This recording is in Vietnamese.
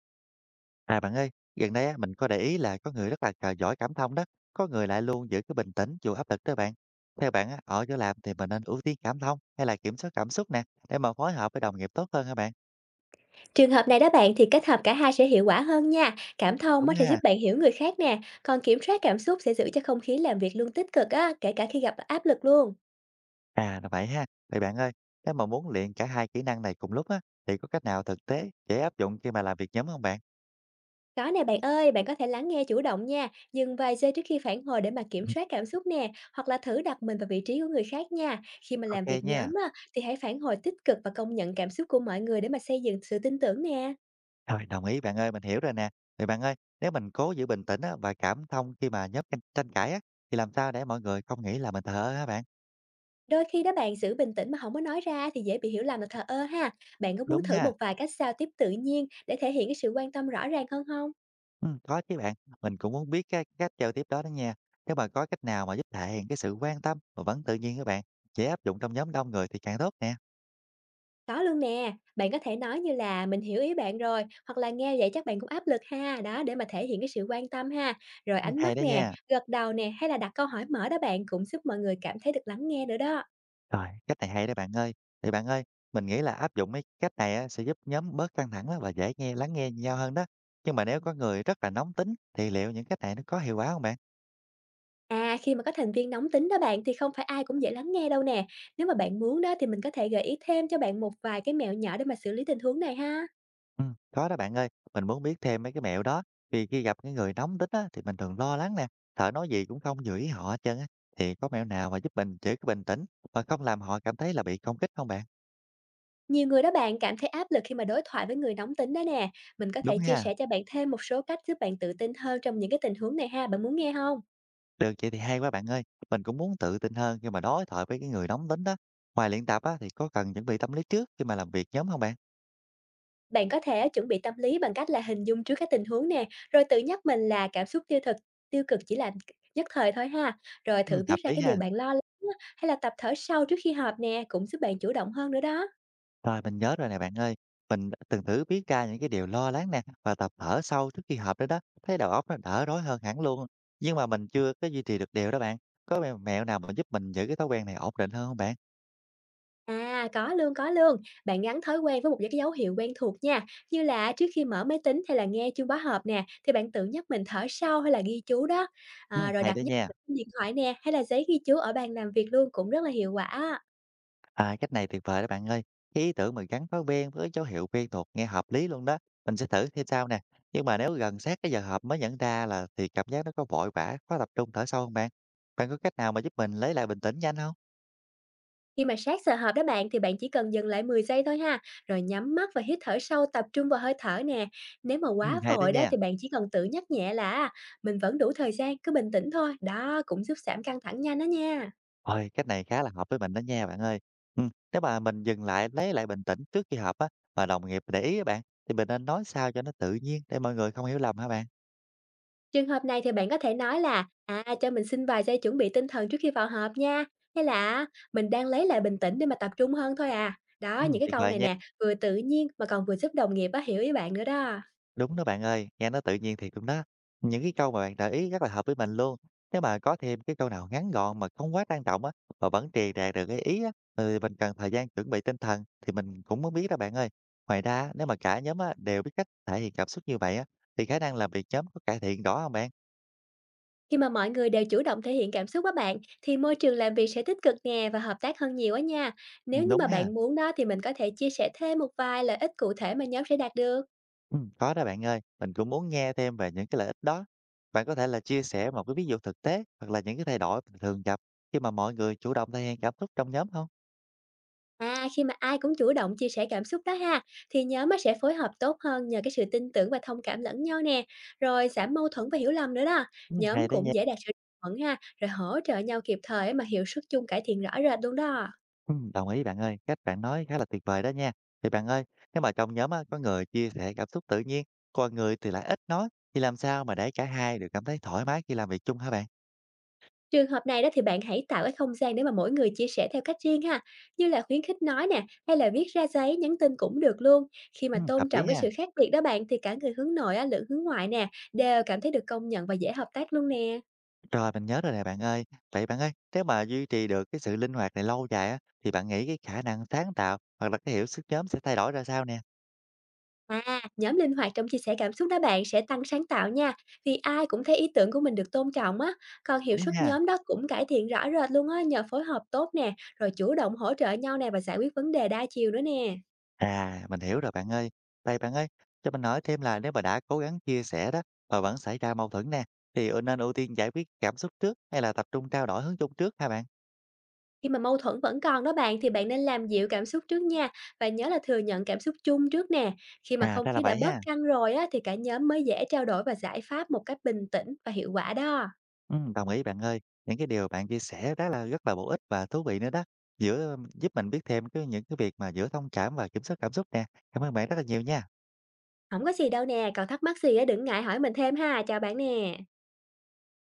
À bạn ơi, gần đây á, mình có để ý là có người rất là giỏi cảm thông đó, có người lại luôn giữ cái bình tĩnh dù áp lực đó bạn. Theo bạn á, ở chỗ làm thì mình nên ưu tiên cảm thông hay là kiểm soát cảm xúc nè, để mà phối hợp với đồng nghiệp tốt hơn hả bạn? Trường hợp này đó bạn thì kết hợp cả hai sẽ hiệu quả hơn nha. Cảm thông có Đúng thể giúp ha. bạn hiểu người khác nè, còn kiểm soát cảm xúc sẽ giữ cho không khí làm việc luôn tích cực á, kể cả khi gặp áp lực luôn. À là vậy ha. Vậy bạn ơi, nếu mà muốn luyện cả hai kỹ năng này cùng lúc á, thì có cách nào thực tế dễ áp dụng khi mà làm việc nhóm không bạn? Có nè bạn ơi, bạn có thể lắng nghe chủ động nha, dừng vài giây trước khi phản hồi để mà kiểm Ừ. soát cảm xúc nè, hoặc là thử đặt mình vào vị trí của người khác nha. Khi mà làm Ok việc nhóm nha. á, thì hãy phản hồi tích cực và công nhận cảm xúc của mọi người để mà xây dựng sự tin tưởng nè. Rồi đồng ý bạn ơi, mình hiểu rồi nè. Vậy bạn ơi, nếu mình cố giữ bình tĩnh á, và cảm thông khi mà nhóm tranh tranh cãi á, thì làm sao để mọi người không nghĩ là mình thờ ơ hả bạn? Đôi khi đó bạn giữ bình tĩnh mà không có nói ra thì dễ bị hiểu lầm là thờ ơ ha. Bạn có muốn Đúng thử ha. một vài cách giao tiếp tự nhiên để thể hiện cái sự quan tâm rõ ràng hơn không? Có chứ bạn. Mình cũng muốn biết cái cách giao tiếp đó đó nha. Nếu mà có cách nào mà giúp thể hiện cái sự quan tâm mà vẫn tự nhiên các bạn, dễ áp dụng trong nhóm đông người thì càng tốt nè. Có luôn nè, bạn có thể nói như là "Mình hiểu ý bạn rồi" hoặc là "Nghe vậy chắc bạn cũng áp lực ha." Đó, để mà thể hiện cái sự quan tâm ha. Rồi Ừ. ánh mắt Hay đó nè, nha. gật đầu nè, hay là đặt câu hỏi mở đó bạn cũng giúp mọi người cảm thấy được lắng nghe nữa đó. Rồi, cách này hay đó bạn ơi. Thì bạn ơi, mình nghĩ là áp dụng mấy cách này á, sẽ giúp nhóm bớt căng thẳng á và dễ lắng nghe nhau hơn đó. Nhưng mà nếu có người rất là nóng tính thì liệu những cách này nó có hiệu quả không bạn? À, khi mà có thành viên nóng tính đó bạn thì không phải ai cũng dễ lắng nghe đâu nè. Nếu mà bạn muốn đó thì mình có thể gợi ý thêm cho bạn một vài cái mẹo nhỏ để mà xử lý tình huống này ha. Có đó bạn ơi, mình muốn biết thêm mấy cái mẹo đó, vì khi gặp cái người nóng tính á, thì mình thường lo lắng nè, sợ nói gì cũng không vừa ý họ hết trơn á, thì có mẹo nào mà giúp mình giữ cái bình tĩnh mà không làm họ cảm thấy là bị công kích không bạn? Nhiều người đó bạn cảm thấy áp lực khi mà đối thoại với người nóng tính đó nè. Mình có Đúng thể chia ha, sẻ cho bạn thêm một số cách giúp bạn tự tin hơn trong những cái tình huống này ha. Bạn muốn nghe không? được vậy thì hay quá bạn ơi, mình cũng muốn tự tin hơn khi mà đối thoại với cái người nóng tính đó. Ngoài luyện tập á, thì có cần chuẩn bị tâm lý trước khi mà làm việc nhóm không bạn? Bạn có thể chuẩn bị tâm lý bằng cách là hình dung trước các tình huống nè, rồi tự nhắc mình là cảm xúc tiêu cực chỉ là nhất thời thôi ha. Rồi Ừ, thử viết hợp ra lý cái điều ha. bạn lo lắng á, hay là tập thở sâu trước khi họp nè, cũng giúp bạn chủ động hơn nữa đó. Rồi, mình nhớ rồi nè bạn ơi. Mình đã từng thử viết ra những cái điều lo lắng nè và tập thở sâu trước khi họp đó đó, thấy đầu óc nó đỡ rối hơn hẳn luôn. Nhưng mà mình chưa có duy trì được điều đó bạn. Có mẹo mẹo nào mà giúp mình giữ cái thói quen này ổn định hơn không bạn? À, có luôn. Bạn gắn thói quen với một cái dấu hiệu quen thuộc nha. Như là trước khi mở máy tính hay là nghe chuông báo hộp nè, thì bạn tự nhắc mình thở sâu hay là ghi chú đó. Ừ, À, rồi hay đặt đó nhắc nha. trên điện thoại nè, hay là giấy ghi chú ở bàn làm việc luôn cũng rất là hiệu quả á. À, cách này tuyệt vời đó bạn ơi. Cái ý tưởng mà gắn thói quen với dấu hiệu quen thuộc nghe hợp lý luôn đó. Mình sẽ thử xem sau nè. Nhưng mà nếu gần sát cái giờ họp mới nhận ra là thì cảm giác nó có vội vã, khó tập trung thở sâu không bạn? Bạn có cách nào mà giúp mình lấy lại bình tĩnh nhanh không? Khi mà sát giờ họp đó bạn thì bạn chỉ cần dừng lại 10 giây thôi ha, rồi nhắm mắt và hít thở sâu tập trung vào hơi thở nè. Nếu mà Ừ, quá hay đó vội đó nha. thì bạn chỉ cần tự nhắc nhẹ là "À, mình vẫn đủ thời gian, cứ bình tĩnh thôi." Đó cũng giúp giảm căng thẳng nhanh đó nha. Ôi, cách này khá là hợp với mình đó nha bạn ơi. Nếu mà mình dừng lại, lấy lại bình tĩnh trước khi họp á, mà đồng nghiệp để ý á bạn, thì mình nên nói sao cho nó tự nhiên để mọi người không hiểu lầm hả bạn? Trường hợp này thì bạn có thể nói là "À, cho mình xin vài giây chuẩn bị tinh thần trước khi vào họp nha", hay là "À, mình đang lấy lại bình tĩnh để mà tập trung hơn thôi à." Đó, những Ừm. cái Tuyệt câu vời này nha. nè, vừa tự nhiên mà còn vừa giúp đồng nghiệp á hiểu ý bạn nữa đó. Đúng đó bạn ơi, nghe nó tự nhiên thiệt luôn đó. Những cái câu mà bạn gợi ý rất là hợp với mình luôn. Nếu mà có thêm cái câu nào ngắn gọn mà không quá trang trọng á, mà vẫn truyền đạt được cái ý á, mình cần thời gian chuẩn bị tinh thần thì mình cũng muốn biết đó bạn ơi. Ngoài ra, nếu mà cả nhóm á, đều biết cách thể hiện cảm xúc như vậy á, thì khả năng làm việc nhóm có cải thiện rõ không bạn? Khi mà mọi người đều chủ động thể hiện cảm xúc á bạn, thì môi trường làm việc sẽ tích cực nè và hợp tác hơn nhiều á nha. Nếu Ừm. như Đúng mà ha. bạn muốn đó thì mình có thể chia sẻ thêm một vài lợi ích cụ thể mà nhóm sẽ đạt được. Có đó bạn ơi, mình cũng muốn nghe thêm về những cái lợi ích đó. Bạn có thể là chia sẻ một cái ví dụ thực tế hoặc là những cái thay đổi mình thường gặp khi mà mọi người chủ động thể hiện cảm xúc trong nhóm không? À, khi mà ai cũng chủ động chia sẻ cảm xúc đó ha, thì nhóm á sẽ phối hợp tốt hơn nhờ cái sự tin tưởng và thông cảm lẫn nhau nè, rồi giảm mâu thuẫn và hiểu lầm nữa đó. Ừ, Nhóm hay đấy nha. cũng dễ đạt sự đồng thuận ha, rồi hỗ trợ nhau kịp thời á mà hiệu suất chung cải thiện rõ rệt luôn đó. Ừ, đồng ý bạn ơi, cách bạn nói khá là tuyệt vời đó nha. Thì bạn ơi, nếu mà trong nhóm á, có người chia sẻ cảm xúc tự nhiên, còn người thì lại ít nói, thì làm sao mà để cả hai đều cảm thấy thoải mái khi làm việc chung hả bạn? Trường hợp này đó thì bạn hãy tạo cái không gian để mà mỗi người chia sẻ theo cách riêng ha, như là khuyến khích nói nè, hay là viết ra giấy, nhắn tin cũng được luôn. Khi mà Ừ, hợp tôn lý trọng cái ha. sự khác biệt đó bạn thì cả người hướng nội á, lẫn hướng ngoại nè, đều cảm thấy được công nhận và dễ hợp tác luôn nè. Rồi, mình nhớ rồi nè bạn ơi. Vậy bạn ơi, nếu mà duy trì được cái sự linh hoạt này lâu dài á, thì bạn nghĩ cái khả năng sáng tạo hoặc là cái hiểu sức nhóm sẽ thay đổi ra sao nè? À, nhóm linh hoạt trong chia sẻ cảm xúc đó bạn sẽ tăng sáng tạo nha, vì ai cũng thấy ý tưởng của mình được tôn trọng á. Còn hiệu Đúng suất ha? nhóm đó cũng cải thiện rõ rệt luôn á, nhờ phối hợp tốt nè, rồi chủ động hỗ trợ nhau nè và giải quyết vấn đề đa chiều nữa nè. À, mình hiểu rồi bạn ơi. Vậy bạn ơi, cho mình hỏi thêm là nếu mà đã cố gắng chia sẻ đó mà vẫn xảy ra mâu thuẫn nè, thì nên ưu tiên giải quyết cảm xúc trước hay là tập trung trao đổi hướng chung trước ha bạn? Khi mà mâu thuẫn vẫn còn đó bạn thì bạn nên làm dịu cảm xúc trước nha và nhớ là thừa nhận cảm xúc chung trước nè. Khi mà À, không ra là khí đã vậy bớt ha. căng rồi á thì cả nhóm mới dễ trao đổi và giải pháp một cách bình tĩnh và hiệu quả đó. Ừ, đồng ý bạn ơi. Những cái điều bạn chia sẻ đó là rất là bổ ích và thú vị nữa đó. Giữa giúp mình biết thêm cái những cái việc mà giữa thông cảm và kiểm soát cảm xúc nè. Cảm ơn bạn rất là nhiều nha. Không có gì đâu nè, còn thắc mắc gì á đừng ngại hỏi mình thêm ha, chào bạn nè.